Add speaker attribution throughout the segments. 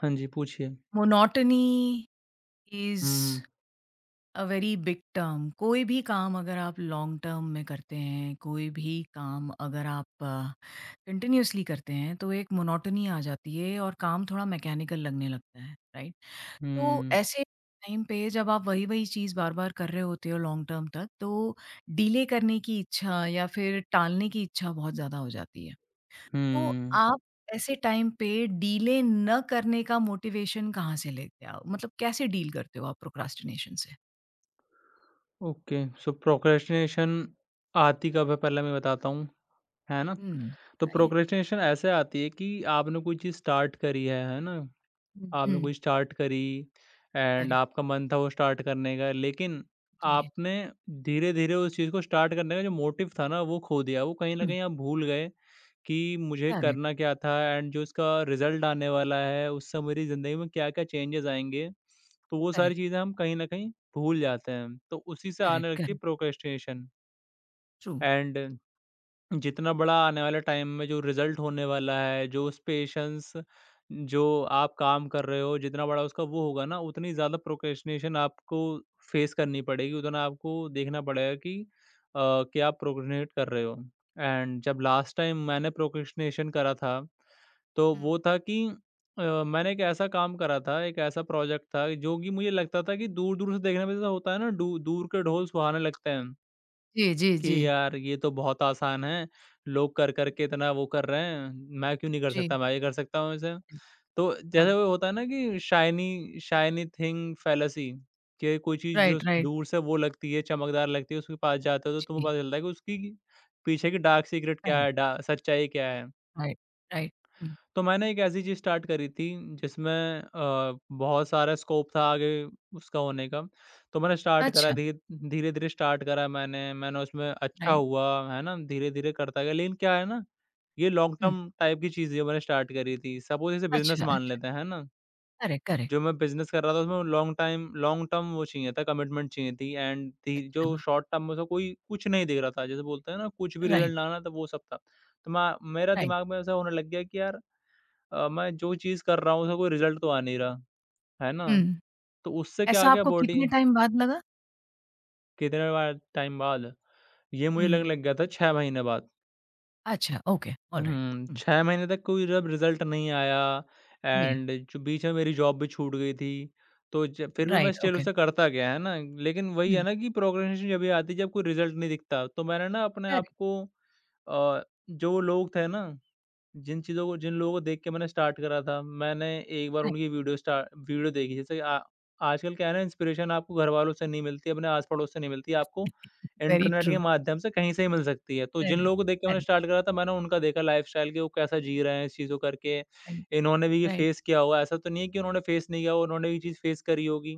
Speaker 1: हाँ जी, पूछिए।
Speaker 2: Monotony is
Speaker 1: hmm,
Speaker 2: uh very big term. कोई भी काम अगर आप लॉन्ग टर्म में करते हैं, कोई भी काम अगर आप कंटिन्यूअसली करते हैं, तो एक मोनोटनी आ जाती है और काम थोड़ा मैकेनिकल लगने लगता है, राइट? तो
Speaker 1: हुँ,
Speaker 2: ऐसे टाइम पे जब आप वही-वही चीज़ बार-बार कर रहे होते हो लॉन्ग टर्म तक, तो डिले करने की इच्छा या फिर टालने की इच्छा बहुत ज़्यादा हो जाती है। तो
Speaker 1: हुँ।
Speaker 2: आप ऐसे टाइम पे डीले न करने का मोटिवेशन कहाँ से लेते हो? मतलब कैसे डील करते हो आप प्रोक्रास्टिनेशन से?
Speaker 1: ओके, सो प्रोक्रेस्टिनेशन आती कब है पहले मैं बताता हूँ, है ना?
Speaker 2: हुँ।
Speaker 1: तो
Speaker 2: बताइए।
Speaker 1: प्रोक्रेस्टिनेशन ऐसे आती है कि आपने कोई चीज़ स्टार्ट करी है ना?
Speaker 2: हुँ।
Speaker 1: आपने
Speaker 2: हुँ,
Speaker 1: कोई स्टार्ट करी एंड
Speaker 2: करेक्ट,
Speaker 1: आपका मन था वो स्टार्ट करने का, लेकिन
Speaker 2: जी। जी।
Speaker 1: आपने धीरे-धीरे उस चीज़ को स्टार्ट करने का जो मोटिव था ना, वो खो दिया। वो कहीं न
Speaker 2: हुँ,
Speaker 1: कहीं आप भूल गए कि मुझे
Speaker 2: करेक्ट,
Speaker 1: करना क्या था एंड जो इसका रिज़ल्ट आने वाला है, उससे मेरी ज़िंदगी में क्या-क्या चेंजेज़ आएँगे। तो वो सारी
Speaker 2: करेक्ट,
Speaker 1: चीज़ें हम कहीं न कहीं भूल जाते हैं। तो उसी से
Speaker 2: करेक्ट,
Speaker 1: आने लगती
Speaker 2: करेक्ट,
Speaker 1: है प्रोक्रेस्टिनेशन।
Speaker 2: ट्रू।
Speaker 1: एंड जितना बड़ा आने वाले टाइम में जो रिज़ल्ट होने वाला है, जो उस पेशेंस जो आप काम कर रहे हो, जितना बड़ा उसका वो होगा ना, उतनी ज़्यादा प्रोक्रेस्टिनेशन आपको फेस करनी पड़ेगी। उतना आपको देखना पड़ेगा कि क्या आप प्रोक्रेस्टिनेट कर रहे हो। एंड जब लास्ट टाइम मैंने प्रोक्रेस्टिनेशन करा था, तो
Speaker 2: हुँ।
Speaker 1: वो था कि मैंने एक ऐसा काम करा था, एक ऐसा प्रोजेक्ट था, जो कि मुझे लगता था कि दूर-दूर से देखने में जैसा होता है ना, डू दूर के ढोल सुहाने लगते हैं।
Speaker 2: जी, जी, जी।
Speaker 1: कि यार, ये तो बहुत आसान है, लोग कर-कर
Speaker 2: हुँ।
Speaker 1: के इतना वो कर रहे हैं, मैं क्यों नहीं कर
Speaker 2: जी,
Speaker 1: सकता, मैं भी कर सकता हूँ इसे।
Speaker 2: हुँ,
Speaker 1: तो जैसे
Speaker 2: हाँ,
Speaker 1: वो होता है ना कि शाइनी शाइनी थिंग फ़ैलेसी कि कोई चीज़ जो
Speaker 2: राइट, राइट,
Speaker 1: दूर से वो लगती है, चमकदार लगती है, उसके पास जाते हो तो तुम्हें
Speaker 2: जी,
Speaker 1: पता चलता है कि उसकी पीछे की डार्क सीक्रेट क्या
Speaker 2: राइट,
Speaker 1: है, डा सच्चाई क्या है।
Speaker 2: राइट, राइट, हुँ,
Speaker 1: तो मैंने एक ऐसी चीज़ स्टार्ट करी थी जिसमें बहुत सारा स्कोप था आगे उसका होने का। तो मैंने स्टार्ट करा
Speaker 2: अच्छा,
Speaker 1: धीरे-धीरे स्टार्ट करा मैंने, मैंने उसमें अच्छा
Speaker 2: राइट,
Speaker 1: हुआ, है ना? धीरे-धीरे करता गया, लेकिन क्या है ना, ये लॉन्ग
Speaker 2: हुँ,
Speaker 1: टर्म टाइप की चीज़ है मैंने स्टार्ट करी थी। सपोज़ इसे बिज़नेस
Speaker 2: अच्छा,
Speaker 1: मान
Speaker 2: अच्छा,
Speaker 1: लेते हैं, है ना?
Speaker 2: करेक्ट, करेक्ट,
Speaker 1: जो मैं बिज़नेस कर रहा था उसमें लॉन्ग टर्म वो चाहिए था, कमिटमेंट चाहिए थी एंड धी
Speaker 2: अच्छा,
Speaker 1: जो शॉर्ट टर्म में उसका कोई कुछ नहीं दिख रहा था। जैसे बोलते हैं ना, कुछ भी
Speaker 2: राइट,
Speaker 1: रिज़ल्ट ना आना, तो वो सब था। तो मैं मेरा
Speaker 2: राइट,
Speaker 1: दिमाग में ऐसा होने लग गया कि यार, मैं जो चीज़ कर रहा हूँ उसका कोई रिज़ल्ट तो आ नहीं रहा, है ना?
Speaker 2: हुँ।
Speaker 1: तो उससे क्या आ
Speaker 2: ऐसा
Speaker 1: गया
Speaker 2: आपको
Speaker 1: बॉडी
Speaker 2: कितने टाइम बाद लगा?
Speaker 1: कितने बाद टाइम बाद, ये मुझे लगने
Speaker 2: हुँ,
Speaker 1: लग गया था 6 महीने बाद।
Speaker 2: अच्छा, ओके, ऑलराइट,
Speaker 1: हुँ,
Speaker 2: हुँ,
Speaker 1: 6 महीने तक कोई जब रिज़ल्ट नहीं आया
Speaker 2: जी।
Speaker 1: एंड जो बीच में मेरी जॉब भी छूट गई थी, तो ज फिर भी मैं
Speaker 2: Right,
Speaker 1: स्टिल
Speaker 2: okay.
Speaker 1: उसे करता गया, है ना? लेकिन वही है
Speaker 2: Hmm.
Speaker 1: ना कि प्रोक्रेस्टिनेशन जभी आती है जब कोई रिज़ल्ट नहीं दिखता। तो मैंने ना अपने आप
Speaker 2: Correct,
Speaker 1: को अ, जो लोग थे ना, जिन लोगों को देख के मैंने स्टार्ट करा था, मैंने एक बार
Speaker 2: correct.
Speaker 1: उनकी वीडियो स्टा वीडियो देखी। जैसे आ आजकल क्या है ना, इंस्पिरेशन आपको घरवालों से नहीं मिलती, अपने आस-पड़ोस से नहीं मिलती, आपको
Speaker 2: Very
Speaker 1: इंटरनेट के
Speaker 2: true.
Speaker 1: माध्यम से कहीं से ही मिल सकती है। तो
Speaker 2: Correct,
Speaker 1: जिन लोगों को देख के मैंने
Speaker 2: correct,
Speaker 1: स्टार्ट करा था, मैंने उनका देखा लाइफ़स्टाइल कि वो कैसा जी रहे हैं इस चीज़ को करके।
Speaker 2: right,
Speaker 1: इन्होंने भी ये
Speaker 2: right.
Speaker 1: फेस किया होगा, ऐसा तो नहीं है कि उन्होंने फेस नहीं किया हो, उन्होंने भी ये चीज़ फेस करी होगी।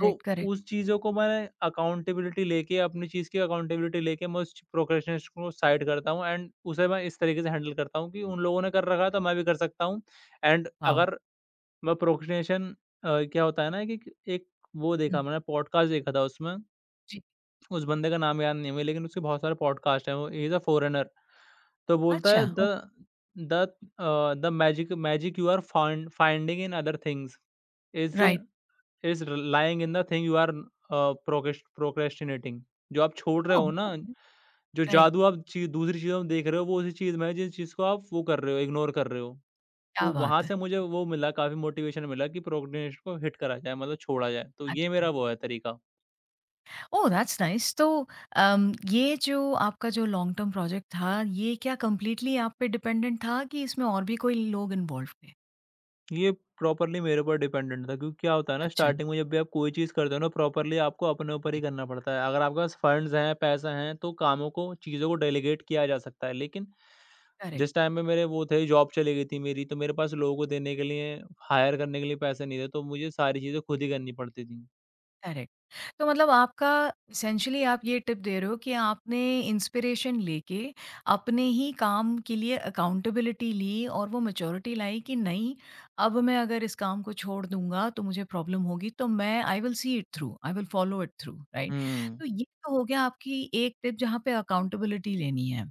Speaker 1: तो
Speaker 2: correct.
Speaker 1: उस चीज़ों को मैं अकाउंटेबिलिटी लेके अपनी चीज़ की अकाउंटेबिलिटी लेके मैं उस प्रोक्रेस्टिनेशन को साइड करता हूँ एंड उसे मैं इस तरीके से हैंडल करता हूँ कि उन लोगों ने कर रखा है तो मैं भी कर सकता हूँ। And
Speaker 2: Wow!
Speaker 1: अगर मैं प्रोक्रेस्टिनेशन क्या होता है ना कि एक, वो
Speaker 2: हुँ,
Speaker 1: देखा मैंने पॉडकास्ट देखा था उसमें।
Speaker 2: जी।
Speaker 1: उस बंदे का नाम याद नहीं है मुझे, लेकिन उसके बहुत सारे पॉडकास्ट हैं। वो इज़ अ फॉरेनर। तो बोलता
Speaker 2: अच्छा।
Speaker 1: है
Speaker 2: oh
Speaker 1: the the the magic magic you are finding in other things is
Speaker 2: right,
Speaker 1: is र lying in the thing you are uh, procrast procrastinating. जो आप छोड़ रहे
Speaker 2: ओह!
Speaker 1: हो ना,
Speaker 2: ओके,
Speaker 1: जो
Speaker 2: राइट,
Speaker 1: जादू आप ची दूसरी चीज़ों में देख रहे हो, वो उसी चीज़ में है जिस चीज़ को आप वो कर रहे हो, इग्नोर कर रहे हो।
Speaker 2: क्या
Speaker 1: तो
Speaker 2: बात
Speaker 1: वहाँ
Speaker 2: है।
Speaker 1: से मुझे वो मिला, काफ़ी मोटिवेशन मिला कि प्रोक्रेस्टिनेशन को हिट करा जाए, मतलब छोड़ा जाए। तो ये
Speaker 2: अच्छा,
Speaker 1: मेरा वो है तरीका।
Speaker 2: ओह! That's nice. तो ये जो आपका जो लॉन्ग टर्म प्रोजेक्ट था, ये क्या कंप्लीटली आप पे डिपेंडेंट था कि इसमें और भी कोई लोग इन्वॉल्व थे?
Speaker 1: ये प्रॉपर्ली मेरे ऊपर डिपेंडेंट था क्योंकि क्या होता है ना,
Speaker 2: अच्छा,
Speaker 1: स्टार्टिंग में जब भी आप कोई चीज़ करते हो ना, प्रॉपर्ली आपको अपने ऊपर ही
Speaker 2: करेक्ट,
Speaker 1: करना पड़ता है। अगर आपके पास फंड्स हैं, पैसा हैं तो कामों को चीज़ों को डेलीगेट किया जा सकता है। लेकिन
Speaker 2: करेक्ट।
Speaker 1: जिस टाइम पे मेरे वो थे, जॉब चली गई थी मेरी, तो मेरे पास लोगों को देने के लिए हायर करने के लिए पैसे नहीं थे, तो मुझे सारी चीज़ें खुद ही करनी पड़ती थी।
Speaker 2: करेक्ट। तो मतलब आपका एसेंशियली आप ये टिप दे रहे हो कि आपने इंस्पिरेशन लेके अपने ही काम के लिए अकाउंटेबिलिटी ली और वो मैच्योरिटी लाई कि नहीं, अब मैं अगर इस काम को छोड़ दूंगा तो मुझे प्रॉब्लम होगी, तो मैं I will see it through, I will follow it through, right? तो
Speaker 1: हुँ,
Speaker 2: ये तो हो गया आपकी एक टिप, जहाँ पे अकाउंटेबिलिटी लेनी है।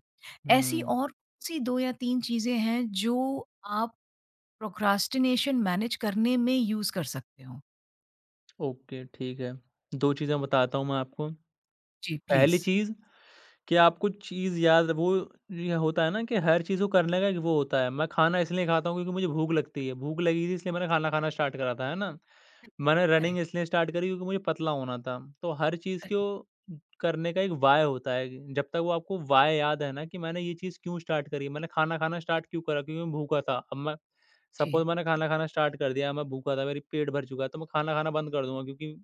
Speaker 2: ऐसी
Speaker 1: हुँ।
Speaker 2: और कौन सी दो या तीन चीजें हैं जो आप प्रोक्रास्टिनेशन मैनेज करने में यूज कर सकते हो?
Speaker 1: ओके, ठीक है। 2 चीज़ें बताता हूँ मैं आपको।
Speaker 2: जी, प्लीज।
Speaker 1: पहली चीज़, कि आपको चीज़ याद वो ये होता है ना कि हर चीज़ को करने का एक वो होता है। मैं खाना इसलिए खाता हूँ क्योंकि मुझे भूख लगती है। भूख लगी थी इसलिए मैंने खाना खाना स्टार्ट करा था, है ना? मैंने रनिंग
Speaker 2: करेक्ट।
Speaker 1: इसलिए स्टार्ट करी क्योंकि मुझे पतला होना था। तो हर चीज़
Speaker 2: Right.
Speaker 1: को करने का एक व्हाय होता है। कि जब तक वो आपको व्हाय याद है ना कि मैंने ये चीज़ क्यों स्टार्ट करी, मैंने खाना खाना स्टार्ट क्यों करा, क्योंकि मैं भूखा था। अब मैं
Speaker 2: जी,
Speaker 1: सपोज़ मैंने खाना खाना स्टार्ट कर दिया, मैं भूखा था, मेरी पेट भर चुका है तो मैं खाना खाना बंद कर दूँगा क्योंकि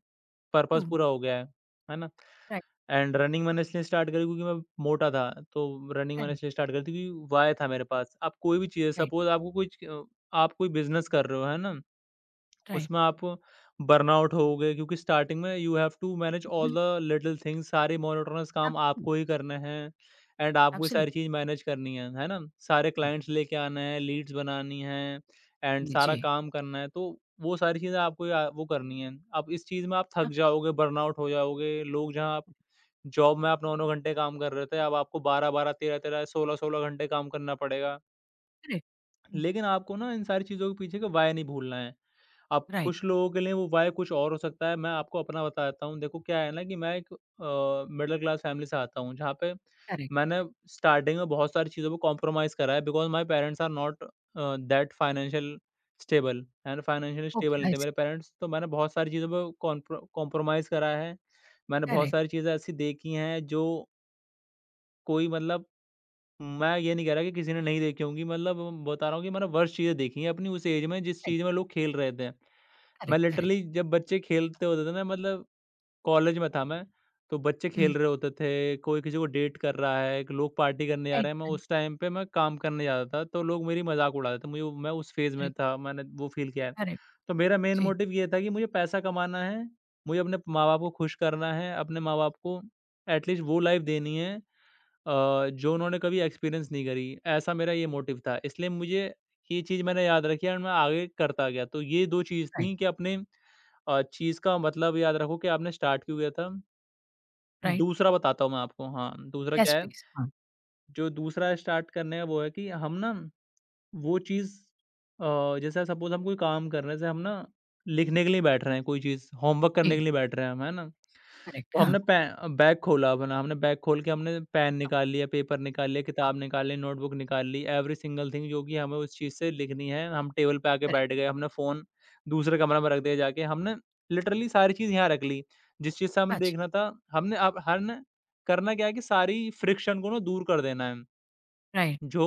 Speaker 1: पर्पज़
Speaker 2: ट्रू,
Speaker 1: पूरा हो गया है। है ना?
Speaker 2: राइट,
Speaker 1: एंड रनिंग मैंने इसलिए स्टार्ट करी क्योंकि मैं मोटा था, तो रनिंग मैंने
Speaker 2: करेक्ट,
Speaker 1: इसलिए स्टार्ट करी थी क्योंकि वाय था मेरे पास। आप कोई भी चीज़
Speaker 2: राइट,
Speaker 1: सपोज़ आपको कोई च अ, आप कोई बिज़नेस कर रहे हो, है ना?
Speaker 2: राइट,
Speaker 1: उसमें आप बर्नआउट होगे क्योंकि स्टार्टिंग में you have to manage all
Speaker 2: बिल्कुल,
Speaker 1: द लिटिल थिंग्स, सारे मोनोटोनस काम
Speaker 2: एब्सोल्यूट,
Speaker 1: आपको ही करने हैं एंड आपको ये सारी
Speaker 2: एब्सोल्यूटली,
Speaker 1: चीज़ मैनेज करनी है ना? सारे क्लाइंट्स लेके आने हैं, लीड्स बनानी हैं एंड
Speaker 2: जी, जी,
Speaker 1: सारा काम करना है, तो वो सारी चीज़ें आपको या वो करनी है। अब इस चीज़ में आप थक जाओगे, बर्नआउट हो जाओगे, लोग जहाँ आप
Speaker 2: एब्सोल्यूट,
Speaker 1: जॉब में आप 9-9 घंटे काम कर रहे थे, अब आपको 12-12, 13-13, 16-16 घंटे काम करना पड़ेगा।
Speaker 2: करेक्ट, हुँ,
Speaker 1: लेकिन आपको ना इन सारी चीज़ों के पीछे का वाय नहीं भूलना है। अब
Speaker 2: राइट,
Speaker 1: कुछ लोगों के लिए वो वाय कुछ और हो सकता है, मैं आपको अपना बताता हूँ। देखो क्या है ना कि मैं एक मिडल क्लास फैमिली से आता हूँ, जहाँ पे
Speaker 2: करेक्ट,
Speaker 1: मैंने स्टार्टिंग में बहुत सारी चीज़ों को कॉम्प्रोमाइज़ करा है, because my parents are not uh, that financial stable and financially
Speaker 2: okay,
Speaker 1: stable नहीं
Speaker 2: आई
Speaker 1: थे
Speaker 2: सी,
Speaker 1: मेरे पेरेंट्स। तो मैंने बहुत सारी चीज़ों पे कॉन्प्रो कॉम्प्रोमाइज़ करा है। मैंने बहुत
Speaker 2: करेक्ट,
Speaker 1: सारी चीज़ें ऐसी देखी हैं जो कोई मतलब, मैं ये नहीं कह रहा कि किसी ने नहीं देखी होंगी, मतलब बता रहा हूँ कि मैंने वर्स्ट चीज़ें देखी हैं अपनी उस एज में जिस
Speaker 2: राइट,
Speaker 1: चीज़ में लोग खेल रहे थे। मैं
Speaker 2: करेक्ट, करेक्ट,
Speaker 1: लिटरली जब बच्चे खेलते होते थे ना, मतलब कॉलेज में था मैं, तो बच्चे
Speaker 2: हुँ,
Speaker 1: खेल रहे होते थे, कोई किसी को डेट कर रहा है, क लोग पार्टी करने जा
Speaker 2: राइट,
Speaker 1: रहे हैं, मैं
Speaker 2: राइट,
Speaker 1: उस टाइम पे मैं काम करने जाता था तो लोग मेरी मज़ाक उड़ाते थे। मुझे मैं उस फ़ेज़ में
Speaker 2: करेक्ट,
Speaker 1: था, मैंने वो फ़ील किया है।
Speaker 2: करेक्ट,
Speaker 1: तो मेरा मेन
Speaker 2: जी,
Speaker 1: मोटिव ये था कि मुझे पैसा कमाना है, मुझे अपने माँ-बाप को खुश करना है, अपने माँ-बाप को एटलीस्ट वो लाइफ़ देनी है अ, जो उन्होंने कभी एक्सपीरियंस नहीं करी, ऐसा मेरा ये मोटिव था। इसलिए मुझे ये चीज़ मैंने याद रखी और मैं आगे करता गया। तो ये 2 चीज़
Speaker 2: राइट,
Speaker 1: थी कि अपने चीज़ का मतलब याद रखो कि आपने स्टार्ट क्यों किया था।
Speaker 2: राइट,
Speaker 1: दूसरा बताता हूँ मैं आपको। हाँ, दूसरा
Speaker 2: येस
Speaker 1: क्या है,
Speaker 2: प्लीज़, हाँ,
Speaker 1: जो दूसरा स्टार्ट करने का वो है कि हम ना वो चीज़, जैसे सपोज़ हम कोई काम कर रहे हैं, जैसे हम ना लिखने के लिए बैठ रहे हैं कोई चीज़, होमवर्क करने
Speaker 2: जी,
Speaker 1: के लिए बैठ रहे हैं हम, है ना?
Speaker 2: करेक्ट,
Speaker 1: तो
Speaker 2: हाँ,
Speaker 1: हमने पै बैग खोला अपना, हमने बैग खोल के हमने पेन निकाल लिया, पेपर निकाल लिया,
Speaker 2: हाँ,
Speaker 1: किताब निकाल ली, नोटबुक निकाल ली, एवरी सिंगल थिंग जो कि हमें उस चीज़ से लिखनी है, हम टेबल पे आके
Speaker 2: करेक्ट,
Speaker 1: बैठ गए, हमने फ़ोन दूसरे कमरे में रख दिया जाके, हमने लिटरली सारी चीज़ यहाँ रख ली। जिस चीज़ से हमने
Speaker 2: अच्छा,
Speaker 1: देखना था, हमने अब हर ना करना क्या है कि सारी फ्रिक्शन को ना दूर कर देना है।
Speaker 2: राइट,
Speaker 1: जो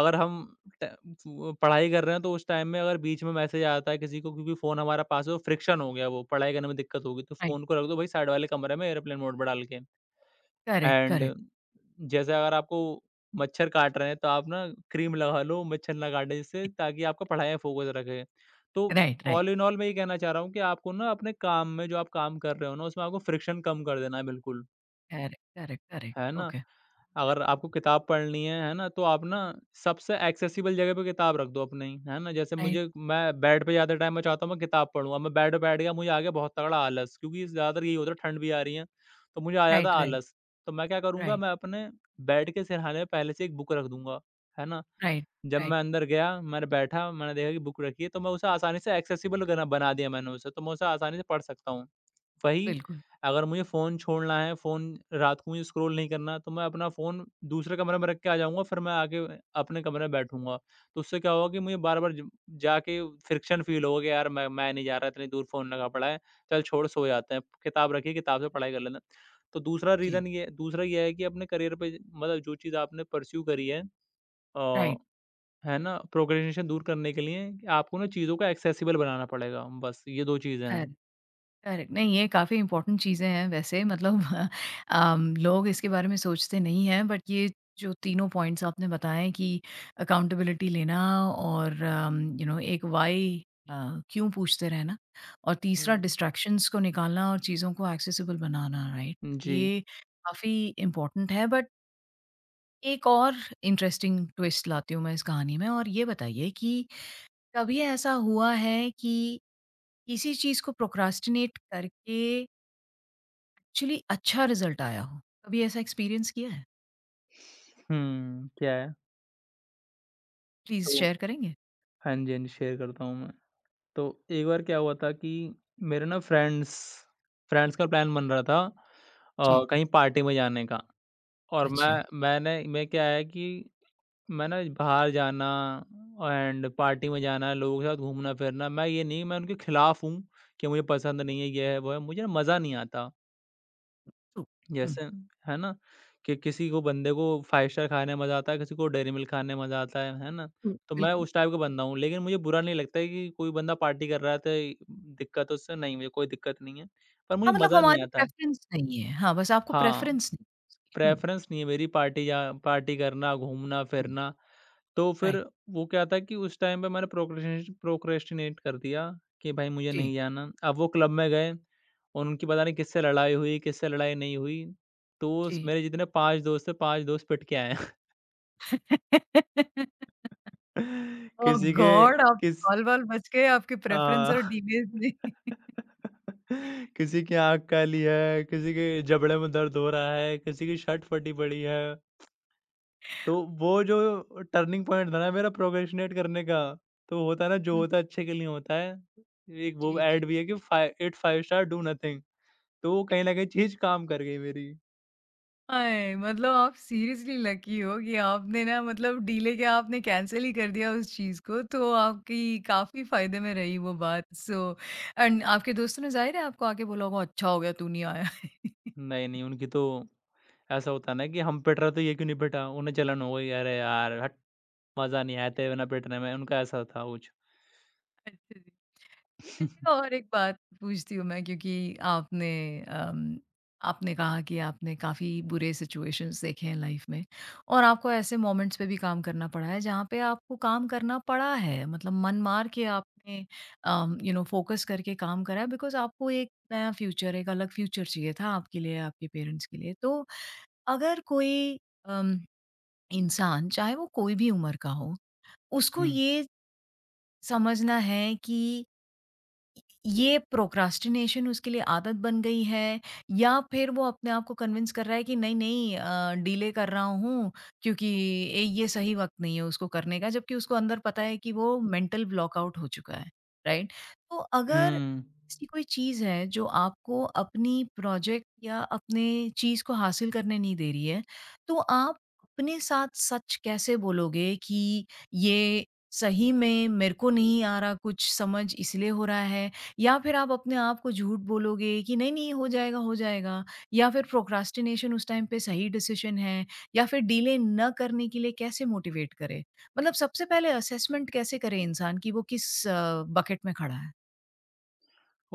Speaker 1: अगर हम ट व पढ़ाई कर रहे हैं, तो उस टाइम में अगर बीच में मैसेज आता है किसी को क्योंकि फ़ोन हमारा पास है, वो फ्रिक्शन हो गया वो, पढ़ाई करने में दिक्कत होगी, तो
Speaker 2: राइट,
Speaker 1: फ़ोन को रख दो भई साइड वाले कमरे में एयरप्लेन मोड पे डाल के।
Speaker 2: करेक्ट,
Speaker 1: एंड
Speaker 2: करेक्ट,
Speaker 1: जैसे अगर आपको मच्छर काट रहे हैं, तो आप ना क्रीम लगा लो मच्छर ना काटे जिससे ताकि आपका पढ़ाई में फ़ोकस रहे। तो
Speaker 2: right, right,
Speaker 1: all in all मैं ये कहना चाह रहा हूँ कि आपको ना अपने काम में जो आप काम कर रहे हो ना, उसमें आपको फ्रिक्शन कम कर देना है बिल्कुल।
Speaker 2: करेक्ट, करेक्ट, करेक्ट,
Speaker 1: है ना?
Speaker 2: ओके,
Speaker 1: अगर आपको किताब पढ़नी है ना? तो आप ना सबसे एक्सेसिबल जगह पे किताब रख दो अपनी, है ना? जैसे
Speaker 2: राइट,
Speaker 1: मुझे मैं बेड पे ज़्यादा टाइम मैं चाहता हूँ मैं किताब पढूँ, अब मैं बेड पे बैठ गया मुझे आ गया बहुत तगड़ा आलस क्योंकि ज़्यादातर यही होता है ठंड भी आ रही है, तो मुझे आ जाता
Speaker 2: राइट,
Speaker 1: है
Speaker 2: राइट,
Speaker 1: आलस। तो मैं क्या करूँगा
Speaker 2: राइट,
Speaker 1: मैं अपने बेड के सिरहाने में पहले से एक बुक रख दूँगा, है ना?
Speaker 2: राइट,
Speaker 1: जब
Speaker 2: राइट,
Speaker 1: मैं अंदर गया, मैंने बैठा, मैंने देखा कि बुक रखी है तो मैं उसे आसानी से एक्सेसिबल गना बना दिया मैंने उसे, तो मैं उसे आसानी से पढ़ सकता हूँ। वही
Speaker 2: बिल्कुल,
Speaker 1: अगर मुझे फ़ोन छोड़ना है, फ़ोन रात को मुझे स्क्रॉल नहीं करना, तो मैं अपना फ़ोन दूसरे कमरे में रख के आ जाऊँगा, फिर मैं आके अपने कमरे में बैठूँगा। तो उससे क्या होगा कि मुझे बार-बार ज जाके फ्रिक्शन फ़ील होगा कि यार मैं नहीं जा रहा, इतनी दूर फ़ोन लगा पड़ा है, चल छोड़ सो जाते हैं। किताब रखी है, किताब से पढ़ाई कर लेना। तो दूसरा
Speaker 2: जी,
Speaker 1: रीज़न ये दूसरा ये है कि अपने करियर पे मतलब जो चीज़ आपने पर्स्यू करी है अ,
Speaker 2: राइट,
Speaker 1: है ना, प्रोक्रेस्टिनेशन दूर करने के लिए आपको ना चीज़ों को एक्सेसिबल बनाना पड़ेगा। बस ये 2 चीज़ें हैं।
Speaker 2: करेक्ट। करेक्ट। नहीं, ये काफ़ी इम्पोर्टेंट चीज़ें हैं वैसे, मतलब। लोग इसके बारे में सोचते नहीं हैं, बट ये जो तीनों पॉइंट्स आपने बताए कि अकाउंटेबिलिटी लेना, और यू नो एक व्हाई, अ, क्यों पूछते रहना, और तीसरा
Speaker 1: हुँ।
Speaker 2: डिस्ट्रैक्शंस को निकालना और चीज़ों को एक्सेसिबल बनाना, राइट?
Speaker 1: जी।
Speaker 2: ये काफ़ी इम्पोर्टेंट है, बट एक और इंटरेस्टिंग ट्विस्ट लाती हूँ मैं इस कहानी में, और ये बताइए कि कभी ऐसा हुआ है कि किसी चीज़ को प्रोक्रास्टिनेट करके एक्चुअली अच्छा रिज़ल्ट आया हो? कभी ऐसा एक्सपीरियंस किया है?
Speaker 1: हुँ, क्या है?
Speaker 2: प्लीज़
Speaker 1: तो
Speaker 2: शेयर करेंगे?
Speaker 1: हाँ जी, हाँ जी, शेयर करता हूँ मैं। तो एक बार क्या हुआ था कि मेरे ना फ्रेंड्स फ्रेंड्स का प्लान बन रहा था
Speaker 2: जी,
Speaker 1: कहीं पार्टी में जाने का और
Speaker 2: अच्छा,
Speaker 1: मैं क्या है कि मैं ना बाहर जाना एंड पार्टी में जाना, लोगों के साथ घूमना-फिरना, मैं ये नहीं मैं उनके खिलाफ हूँ कि मुझे पसंद नहीं है, ये है, वो है, मुझे ना मज़ा नहीं आता।
Speaker 2: ट्रू। हुँ,
Speaker 1: जैसे है ना कि किसी को बंदे को 5 स्टार खाने में मज़ा आता है, किसी को डेयरी मिल्क खाने में मज़ा आता है ना?
Speaker 2: हुँ,
Speaker 1: तो मैं
Speaker 2: बिल्कुल।
Speaker 1: उस टाइप का बंदा हूँ, लेकिन मुझे बुरा नहीं लगता है कि कोई बंदा पार्टी कर रहा है तो इ दिक्कत उससे नहीं मुझे कोई दिक्कत नहीं है, पर मुझे
Speaker 2: हाँ, मतलब
Speaker 1: मज़ा नहीं
Speaker 2: हमारी
Speaker 1: आता।
Speaker 2: प्रेफ़रेंस नहीं है। हाँ, बस आपको
Speaker 1: हाँ,
Speaker 2: प्रेफ़रेंस नहीं है उसकी। हुँ,
Speaker 1: प्रेफ़रेंस नहीं है मेरी पार्टी या पार्टी करना,
Speaker 2: जी,
Speaker 1: घूमना-फिरना तो फिर
Speaker 2: राइट।
Speaker 1: वो क्या था कि उस टाइम पे मैंने प्रोक्रेस्टिनेश प्रोक्रेस्टिनेट कर दिया कि भाई मुझे
Speaker 2: जी,
Speaker 1: नहीं जाना। अब वो क्लब में गए, उनकी पता नहीं किससे लड़ाई हुई, किससे लड़ाई नहीं हुई। तो
Speaker 2: जी।
Speaker 1: स मेरे जितने 5 दोस्त थे, 5 दोस्त पिट के आए।
Speaker 2: ओह
Speaker 1: किसी के
Speaker 2: गॉड! आप
Speaker 1: किस
Speaker 2: बाल-बाल बच गए आपके प्रेफ़रेंस और
Speaker 1: हाँ।
Speaker 2: डीले में।
Speaker 1: किसी की आँख काली है, किसी के जबड़े में दर्द हो रहा है, किसी की शर्ट फटी पड़ी है। तो वो जो टर्निंग पॉइंट था ना मेरा प्रोक्रेस्टिनेट करने का, तो होता है ना जो
Speaker 2: हुँ,
Speaker 1: होता है अच्छे के लिए होता है। एक वो
Speaker 2: जी, जी।
Speaker 1: एड भी है कि फाइ इट 5 स्टार डू नथिंग तो वो कहीं न कहीं चीज़ काम कर गई मेरी।
Speaker 2: हाय! मतलब आप सीरियसली लकी हो कि आपने, ना, मतलब डीले क्या, आपने कैंसल ही कर दिया उस चीज़ को, तो आपकी काफ़ी फ़ायदे में रही वो बात। सो एंड आपके दोस्तों ने ज़ाहिर है आपको आके बोला होगा, "अच्छा हो गया तू नहीं आया।"
Speaker 1: नहीं, नहीं उनकी तो ऐसा होता है ना कि हम पिट रहे तो ये क्यों नहीं पिटा? उन्हें जलन हो गई अरे यार हट मज़ा नहीं आया तेरे बिना पिटने में, उनका ऐसा था कुछ।
Speaker 2: अच्छा जी। चलिए, और एक बात पूछती हूँ मैं, क्योंकि आपने अम, आपने कहा कि आपने काफ़ी बुरे सिचुएशंस देखे हैं लाइफ में, और आपको ऐसे मोमेंट्स पे भी काम करना पड़ा है जहाँ पे आपको काम करना पड़ा है, मतलब मन मार के आपने यू नो फोकस करके काम करा है, बिकॉज आपको एक नया फ्यूचर, एक अलग फ्यूचर चाहिए था आपके लिए, आपके पेरेंट्स के लिए। तो अगर कोई अम, इंसान, चाहे वो कोई भी उम्र का हो, उसको
Speaker 1: हुँ,
Speaker 2: ये समझना है कि ये प्रोक्रास्टिनेशन उसके लिए आदत बन गई है, या फिर वो अपने आप को कन्विंस कर रहा है कि नहीं नहीं, डिले कर रहा हूँ क्योंकि ये सही वक्त नहीं है उसको करने का, जबकि उसको अंदर पता है कि वो मेंटल ब्लॉकआउट हो चुका है, राइट? तो अगर
Speaker 1: हुँ।
Speaker 2: ऐसी कोई चीज है जो आपको अपनी प्रोजेक्ट या अपने चीज को हासिल करने नहीं दे रही है, तो आप अपने साथ सच कैसे बोलोगे कि ये सही में मेरे को नहीं आ रहा कुछ समझ इसलिए हो रहा है, या फिर आप अपने आप को झूठ बोलोगे कि नहीं, नहीं हो जाएगा, हो जाएगा, या फिर प्रोक्रास्टिनेशन उस टाइम पे सही डिसीज़न है, या फिर डिले न करने के लिए कैसे मोटिवेट करें? मतलब सबसे पहले असेसमेंट कैसे करें इंसान कि वो किस बकेट में खड़ा है?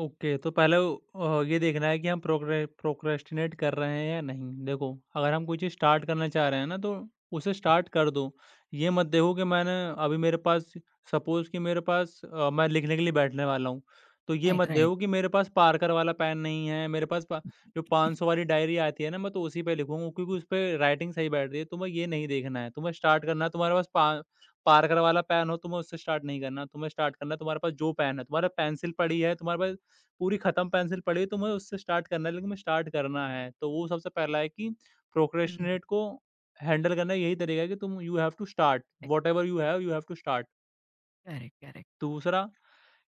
Speaker 1: ओके, तो पहले ये देखना है कि हम प्रोक्रेस्टिनेट कर रहे हैं या नहीं। देखो, अगर हम कोई चीज़ स्टार्ट करना चाह रहे हैं ना, तो उसे स्टार्ट कर दो। ये मत देखो कि मैंने अभी मेरे पास सपोज़ कि मेरे पास मैं लिखने के लिए बैठने वाला हूँ, तो ये
Speaker 2: राइट,
Speaker 1: मत
Speaker 2: राइट।
Speaker 1: देखो कि मेरे पास पार्कर वाला पेन नहीं है, मेरे पास पा जो 500 वाली डायरी आती है ना, मैं तो उसी पे लिखूँगा क्योंकि उस पे राइटिंग सही बैठ रही है। तुम्हें ये नहीं देखना है, तुम्हें स्टार्ट करना है तुम्हारे पास पा पार्कर वाला पेन हो, तुम्हें उससे स्टार्ट नहीं करना। तुम्हें स्टार्ट करना है तुम्हारे पास जो पेन है, तुम्हारे पेंसिल पड़ी है, तुम्हारे पास पूरी ख़त्म पेंसिल पड़ी है तो मुझे उससे स्टार्ट करना है, लेकिन मुझे स्टार्ट करना है। तो वो सबसे पहला है कि
Speaker 2: हुँ,
Speaker 1: प्रोक्रेस्टिनेट को हैंडल करना यही तरीका है कि तुम you have to start,
Speaker 2: correct,
Speaker 1: whatever you have to start.
Speaker 2: Correct, correct.
Speaker 1: दूसरा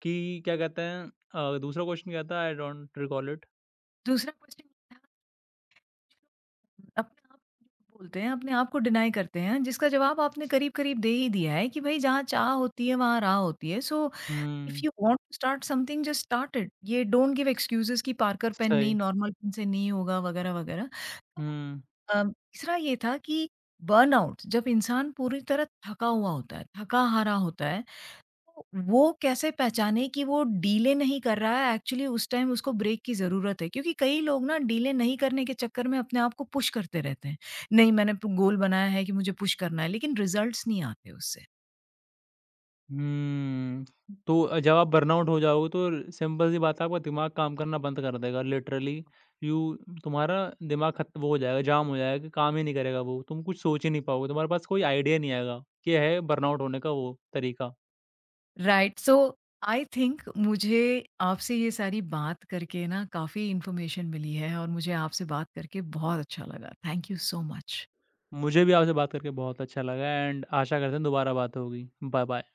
Speaker 1: कि क्या कहते हैं दूसरा क्वेश्चन क्या था? I don't recall it.
Speaker 2: दूसरा क्वेश्चन ये था, जो लोग अपने आप को बोलते हैं, अपने आप को डिनाई करते हैं, जिसका जवाब आपने करीब-करीब दे ही दिया है कि भई जहाँ चाह होती है, वहाँ राह होती है। So, if
Speaker 1: hmm.
Speaker 2: You want to start something, just start it. ये डोंट गिव एक्सक्यूजेस कि पार्कर पेन नहीं,
Speaker 1: सही।
Speaker 2: नॉर्मल पेन से नहीं होगा, वगैरह वगैरह। तो
Speaker 1: हुँ।
Speaker 2: तीसरा ये था कि बर्नआउट, जब इंसान पूरी तरह थका हुआ होता है, थका हारा होता है, तो वो कैसे पहचाने कि वो डीले नहीं कर रहा है, एक्चुअली उस टाइम उसको ब्रेक की ज़रूरत है, क्योंकि कई लोग ना डीले नहीं करने के चक्कर में अपने आप को पुश करते रहते हैं नहीं मैंने गोल बनाया है कि मुझे पुश करना है, लेकिन रिजल्ट्स नहीं आते उससे।
Speaker 1: हुँ। तो जब आप बर्नआउट हो जाओगे तो सिंपल सी बात है आपका दिमाग काम करना बंद कर देगा लिटरली यू तुम्हारा दिमाग खत वो हो जाएगा, जाम हो जाएगा कि काम ही नहीं करेगा वो। तुम कुछ सोच ही नहीं पाओगे, तुम्हारे पास कोई आइडिया नहीं आएगा। ये है बर्नआउट होने का वो तरीका।
Speaker 2: राइट। सो आई थिंक मुझे आपसे ये सारी बात करके ना काफ़ी इन्फॉर्मेशन मिली है, और मुझे आपसे बात करके बहुत अच्छा लगा। Thank you so much.
Speaker 1: मुझे भी आपसे बात करके बहुत अच्छा लगा एंड आशा करते हैं दोबारा बात होगी। बाय-बाय।